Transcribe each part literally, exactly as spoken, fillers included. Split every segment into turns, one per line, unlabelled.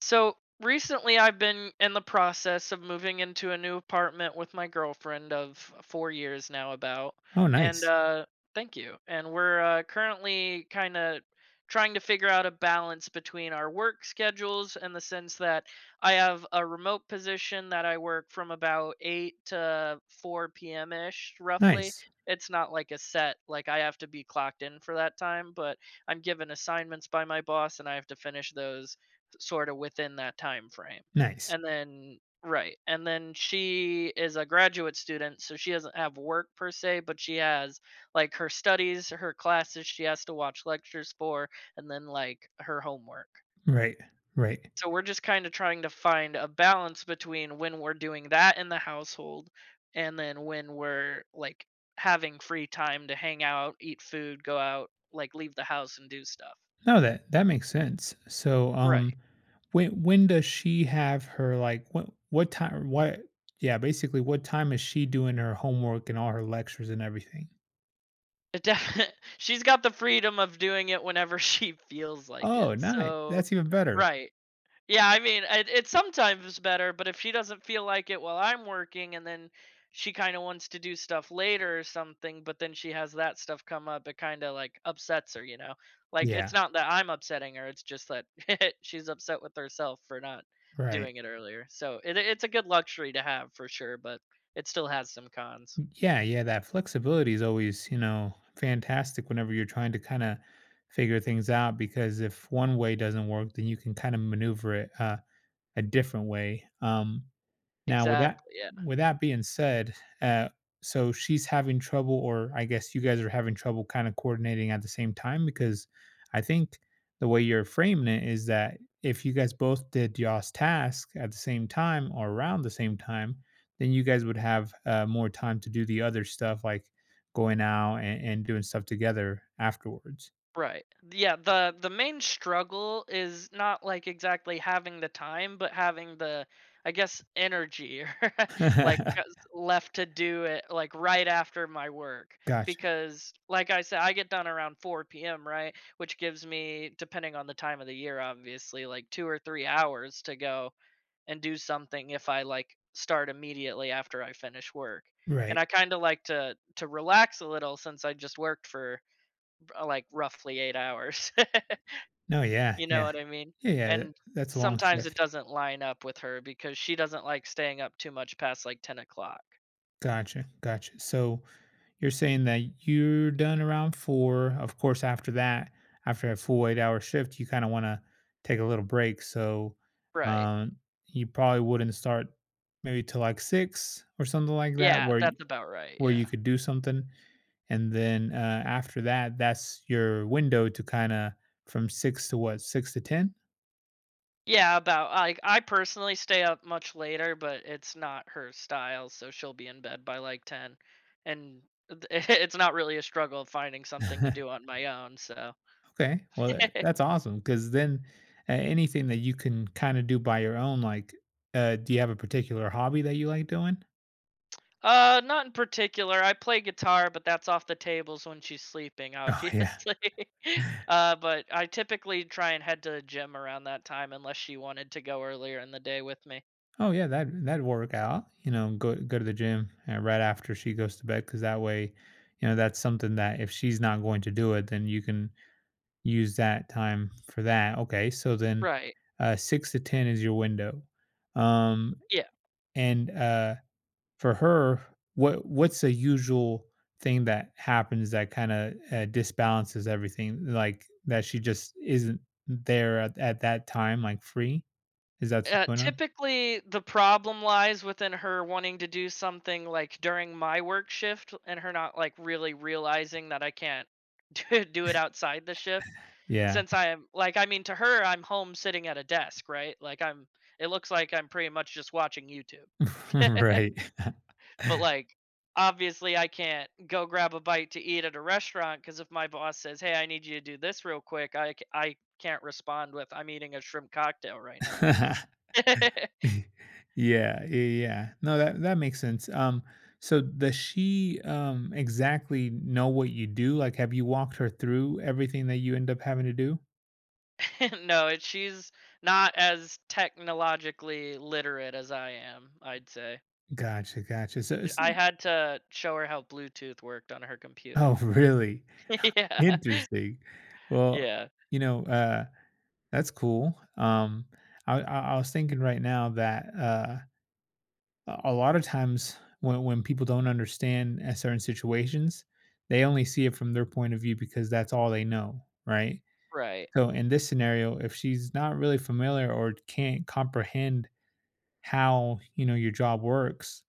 So recently, I've been in the process of moving into a new apartment with my girlfriend of four years now, about.
Oh,
And
nice.
uh, Thank you. And we're uh, currently kind of trying to figure out a balance between our work schedules in the sense that I have a remote position that I work from about eight to four p m ish, roughly.
Nice.
It's not like a set, like I have to be clocked in for that time, but I'm given assignments by my boss and I have to finish those sort of within that time frame.
Nice.
And then right, and then she is a graduate student, so she doesn't have work per se, but she has like her studies, her classes she has to watch lectures for, and then like her homework.
Right. Right.
So we're just kind of trying to find a balance between when we're doing that in the household and then when we're like having free time to hang out, eat food, go out, like leave the house and do stuff.
No, that that makes sense. So,
Right.
um, when when does she have her like what what time what yeah, Basically, what time is she doing her homework and all her lectures and everything?
It definitely. She's got the freedom of doing it whenever she feels like
Oh,
it,
nice.
so.
That's even better.
Right. Yeah, I mean, it it's sometimes better, but if she doesn't feel like it while I'm working and then she kinda wants to do stuff later or something, but then she has that stuff come up, it kinda, like, upsets her, you know? Like, it's
Yeah,
not that I'm upsetting her, it's just that she's upset with herself for not
right.
doing it earlier, so it it's a good luxury to have for sure, but it still has some cons.
Yeah, yeah, that flexibility is always, you know, fantastic whenever you're trying to kind of figure things out because if one way doesn't work, then you can kind of maneuver it uh, a different way. Um Now, with that
Exactly, yeah.
with that being said, uh, so she's having trouble, or I guess you guys are having trouble kind of coordinating at the same time because I think the way you're framing it is that if you guys both did y'all's task at the same time or around the same time, then you guys would have uh, more time to do the other stuff like going out and, and doing stuff together afterwards.
Right. Yeah, the the main struggle is not like exactly having the time, but having the, I guess, energy or like uh, s- left to do it like right after my work,
Gotcha.
because like I said I get done around four p m, right? Which gives me, depending on the time of the year, obviously like two or three hours to go and do something if I like start immediately after I finish work. And
Right.
I kind of like to to relax a little since I just worked for uh, like roughly eight hours.
No, yeah,
You know
yeah.
what I mean?
Yeah, yeah. th-
And
That's a long
sometimes it
shift.
doesn't line up with her because she doesn't like staying up too much past like ten o'clock.
Gotcha. Gotcha. So you're saying that you're done around four. Of course, after that, after a full eight-hour shift, you kinda wanna take a little break, so,
Right.
um, you probably wouldn't start maybe till, like, six or something like that
Yeah,
where you
that's about right,
where you
yeah.
could do something, and then, uh, after that, that's your window to kinda from six to what, six to ten?
Yeah, about like, I personally stay up much later, but it's not her style, so she'll be in bed by like ten, and th it's not really a struggle finding something to do on my own, so.
Okay, well, that that's awesome, because then a anything that you can kinda do by your own, like, uh, do you have a particular hobby that you like doing?
Uh, not in particular. I play guitar, but that's off the tables when she's sleeping,
Yeah.
obviously. Uh, but I typically try and head to the gym around that time unless she wanted to go earlier in the day with me.
Oh yeah, that that'd work out. You know, go go to the gym uh, right after she goes to bed because that way, you know, that's something that if she's not going to do it, then you can use that time for that. Okay, so then
Right.
uh, six to ten is your window, um,
Yeah.
and uh, for her, what what's the usual thing that happens that kind of uh, disbalances everything? Like that she just isn't there at, at that time, like free. Is that what's
Uh,
going on?
typically, the problem lies within her wanting to do something like during my work shift and her not like really realizing that I can't do do it outside the shift.
Yeah.
Since I am like, I mean, to her, I'm home sitting at a desk, right? Like, I'm, it looks like I'm pretty much just watching YouTube.
Right.
But like, obviously I can't go grab a bite to eat at a restaurant, because if my boss says, "Hey, I need you to do this real quick," I c- I can't respond with, "I'm eating a shrimp cocktail right now."
Yeah, yeah, yeah. No, that that makes sense. Um, so does she, um, exactly know what you do? Like, have you walked her through everything that you end up having to do?
No, it, she's not as technologically literate as I am, I'd say.
Gotcha, gotcha. So it's
I had to show her how Bluetooth worked on her
oh,
computer.
really?
Yeah,
Interesting. Well,
yeah,
you know, uh, that's cool. Um, I I I was thinking right now that, uh a a lot of times when when people don't understand a certain situations, they only see it from their point of view because that's all they know, right?
right.
So in this scenario, if she's not really familiar or can't comprehend how, you know, your job works,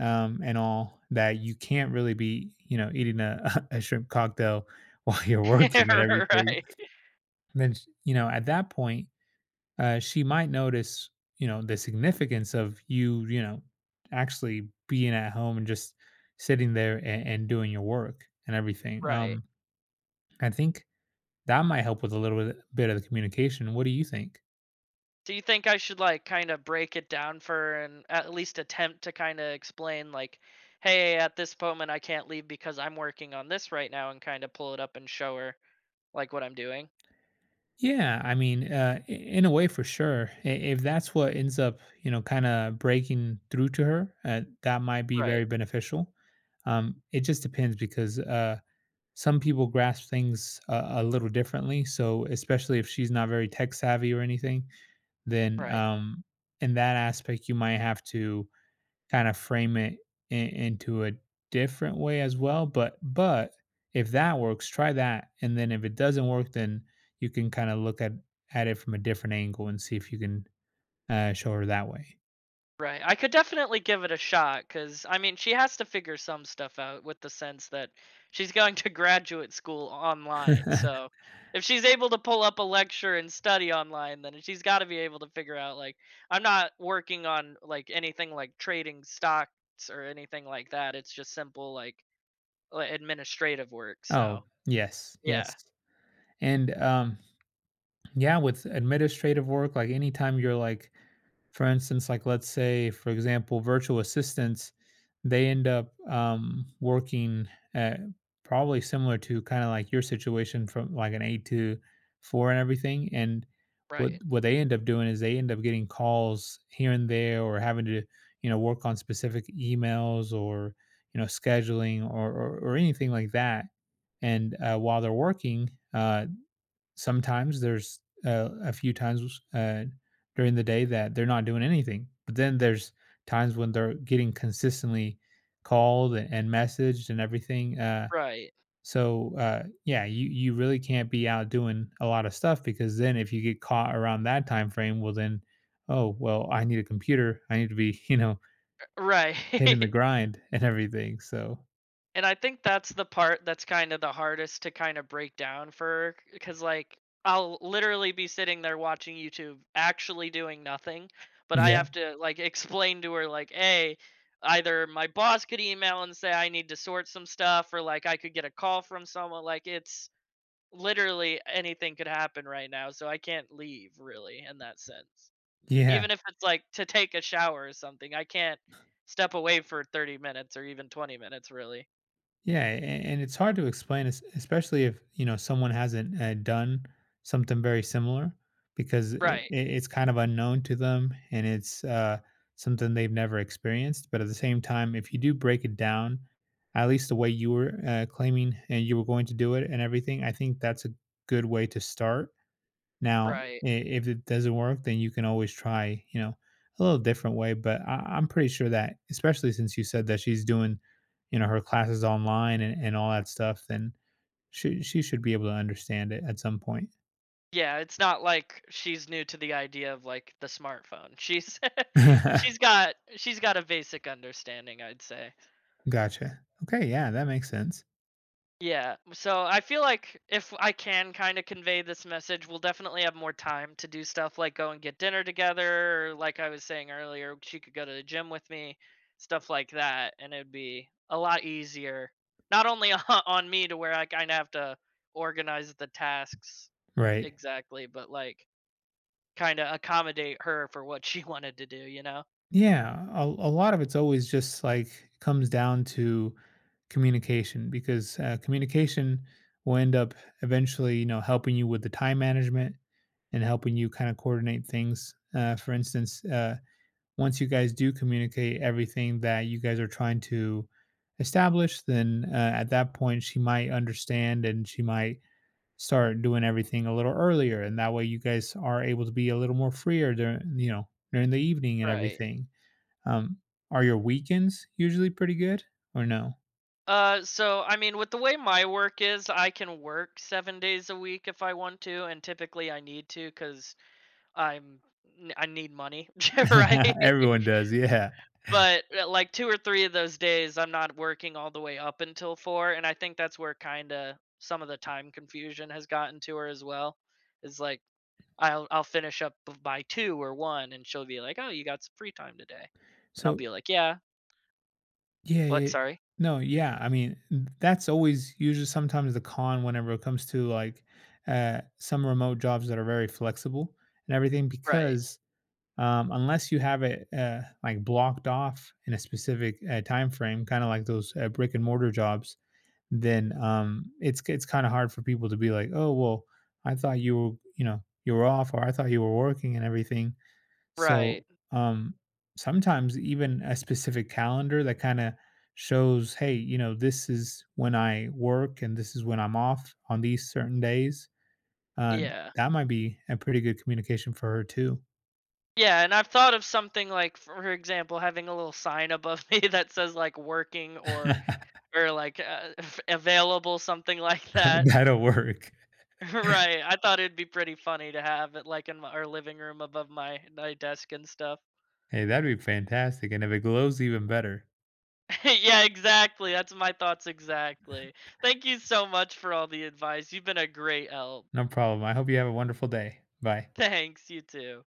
um, and all that, you can't really be, you know, eating a, a shrimp cocktail while you're working and everything.
Right,
Then sh- you know, at that point, uh, she might notice, you know, the significance of you, you know, actually being at home and just sitting there and, and doing your work and everything.
right.
Um, I think that might help with a little bit, bit of the communication. What do you think?
Do you think I should like kind of break it down for and at least attempt to kind of explain, like, hey, at this moment I can't leave because I'm working on this right now, and kind of pull it up and show her like what I'm doing?
Yeah, I mean, uh, i- in a way, for sure. I- If that's what ends up, you know, kind of breaking through to her, uh, that might be very
Right.
beneficial. Um, it just depends because uh, some people grasp things a, a little differently. So, especially if she's not very tech savvy or anything, then
Right.
um, in that aspect, you might have to kind of frame it in, into a different way as well. But, but if that works, try that, and then if it doesn't work, then you can kind of look at at it from a different angle and see if you can uh, show her that way.
Right. I could definitely give it a shot, cuz I mean, she has to figure some stuff out with the sense that she's going to graduate school online. So, if she's able to pull up a lecture and study online, then she's got to be able to figure out like I'm not working on like anything like trading stocks or anything like that. It's just simple like li- administrative work. So,
Oh, yes, yes,
yeah.
and um, yeah, with administrative work, like anytime you're like, for instance, like let's say, for example, virtual assistants, they end up um, working at probably similar to kind of like your situation from like an eight to four and everything. And what
Right.
what they end up doing is they end up getting calls here and there, or having to, you know, work on specific emails or, you know, scheduling or or, or anything like that. And uh, while they're working, uh, sometimes there's uh, a few times uh, during the day that they're not doing anything. But then there's times when they're getting consistently called and, and messaged and everything. Uh,
Right.
so uh, yeah, you you really can't be out doing a lot of stuff because then if you get caught around that time frame, well then, oh well, I need a computer. I need to be you know
Right.
hitting the grind and everything. So
And I think that's the part that's kind of the hardest to kind of break down for, because like I'll literally be sitting there watching YouTube actually doing nothing, but I
yeah,
have to like explain to her like, "Hey, either my boss could email and say I need to sort some stuff, or like I could get a call from someone, like it's literally anything could happen right now, so I can't leave really in that sense.
yeah.
Even if it's like to take a shower or something, I can't step away for thirty minutes or even twenty minutes really."
Yeah, a- and it's hard to explain, es- especially if, you know, someone hasn't uh, done something very similar, because it,
Right.
it's kind of unknown to them, and it's uh, something they've never experienced. But at the same time, if you do break it down, at least the way you were uh, claiming and you were going to do it and everything, I think that's a good way to start. Now,
Right.
I if it doesn't work, then you can always try, you know, a little different way. But I, I'm pretty sure that, especially since you said that she's doing, you know, her classes online and, and all that stuff, then she she should be able to understand it at some point.
Yeah, it's not like she's new to the idea of, like, the smartphone. She's she's got she's got a basic understanding, I'd say.
Gotcha. Okay, yeah, that makes sense.
Yeah, so I feel like if I can kinda convey this message, we'll definitely have more time to do stuff like go and get dinner together, or like I was saying earlier, she could go to the gym with me, stuff like that, and it'd be a lot easier, not only on me to where I kinda have to organize the tasks
Right.
exactly, but, like, kinda accommodate her for what she wanted to do, you know?
Yeah, a, a lot of it's always just like comes down to communication because uh, communication will end up eventually, you know, helping you with the time management and helping you kind of coordinate things. Uh, for instance, uh, once you guys do communicate everything that you guys are trying to establish, then uh, at that point she might understand and she might start doing everything a little earlier, and that way you guys are able to be a little more freer during, you know, during the evening and
Right.
everything. um, are your weekends usually pretty good or no?
Uh, so, I mean, with the way my work is, I can work seven days a week if I want to, and typically I need to, because I'm n- I need money, right?
Everyone does, yeah.
But, uh, like, two or three of those days, I'm not working all the way up until four, and I think that's where kinda some of the time confusion has gotten to her as well, is, like, I'll I'll finish up b by two or one, and she'll be like, "Oh, you got some free time today." And I'll
So,
be like, "Yeah.
yeah,
What?
yeah.
Sorry?"
No, yeah. I mean, that's always usually sometimes the con whenever it comes to like, uh, some remote jobs that are very flexible and everything
Right,
because um, unless you have it uh, like blocked off in a specific uh, time frame, kind of like those uh, brick and mortar jobs, then um it's it's kind of hard for people to be like, "Oh, well, I thought you were, you know, you were off or I thought you were working and everything."
right,
So, um sometimes even a specific calendar that kind of shows, "Hey, you know, this is when I work and this is when I'm off on these certain days." Uh
yeah.
that might be a pretty good communication for her too.
Yeah, and I've thought of something like, for example, having a little sign above me that says, like, "Working" or or, like, uh, "available," something like that.
That'll work.
Right, I thought it'd be pretty funny to have it, like, in my our living room above my my desk and stuff.
Hey, that'd be fantastic. And if it glows, even better.
Yeah, exactly, that's my thoughts exactly. Thank you so much for all the advice, you've been a great help.
No problem. I hope you have a wonderful day. Bye.
Thanks, you too.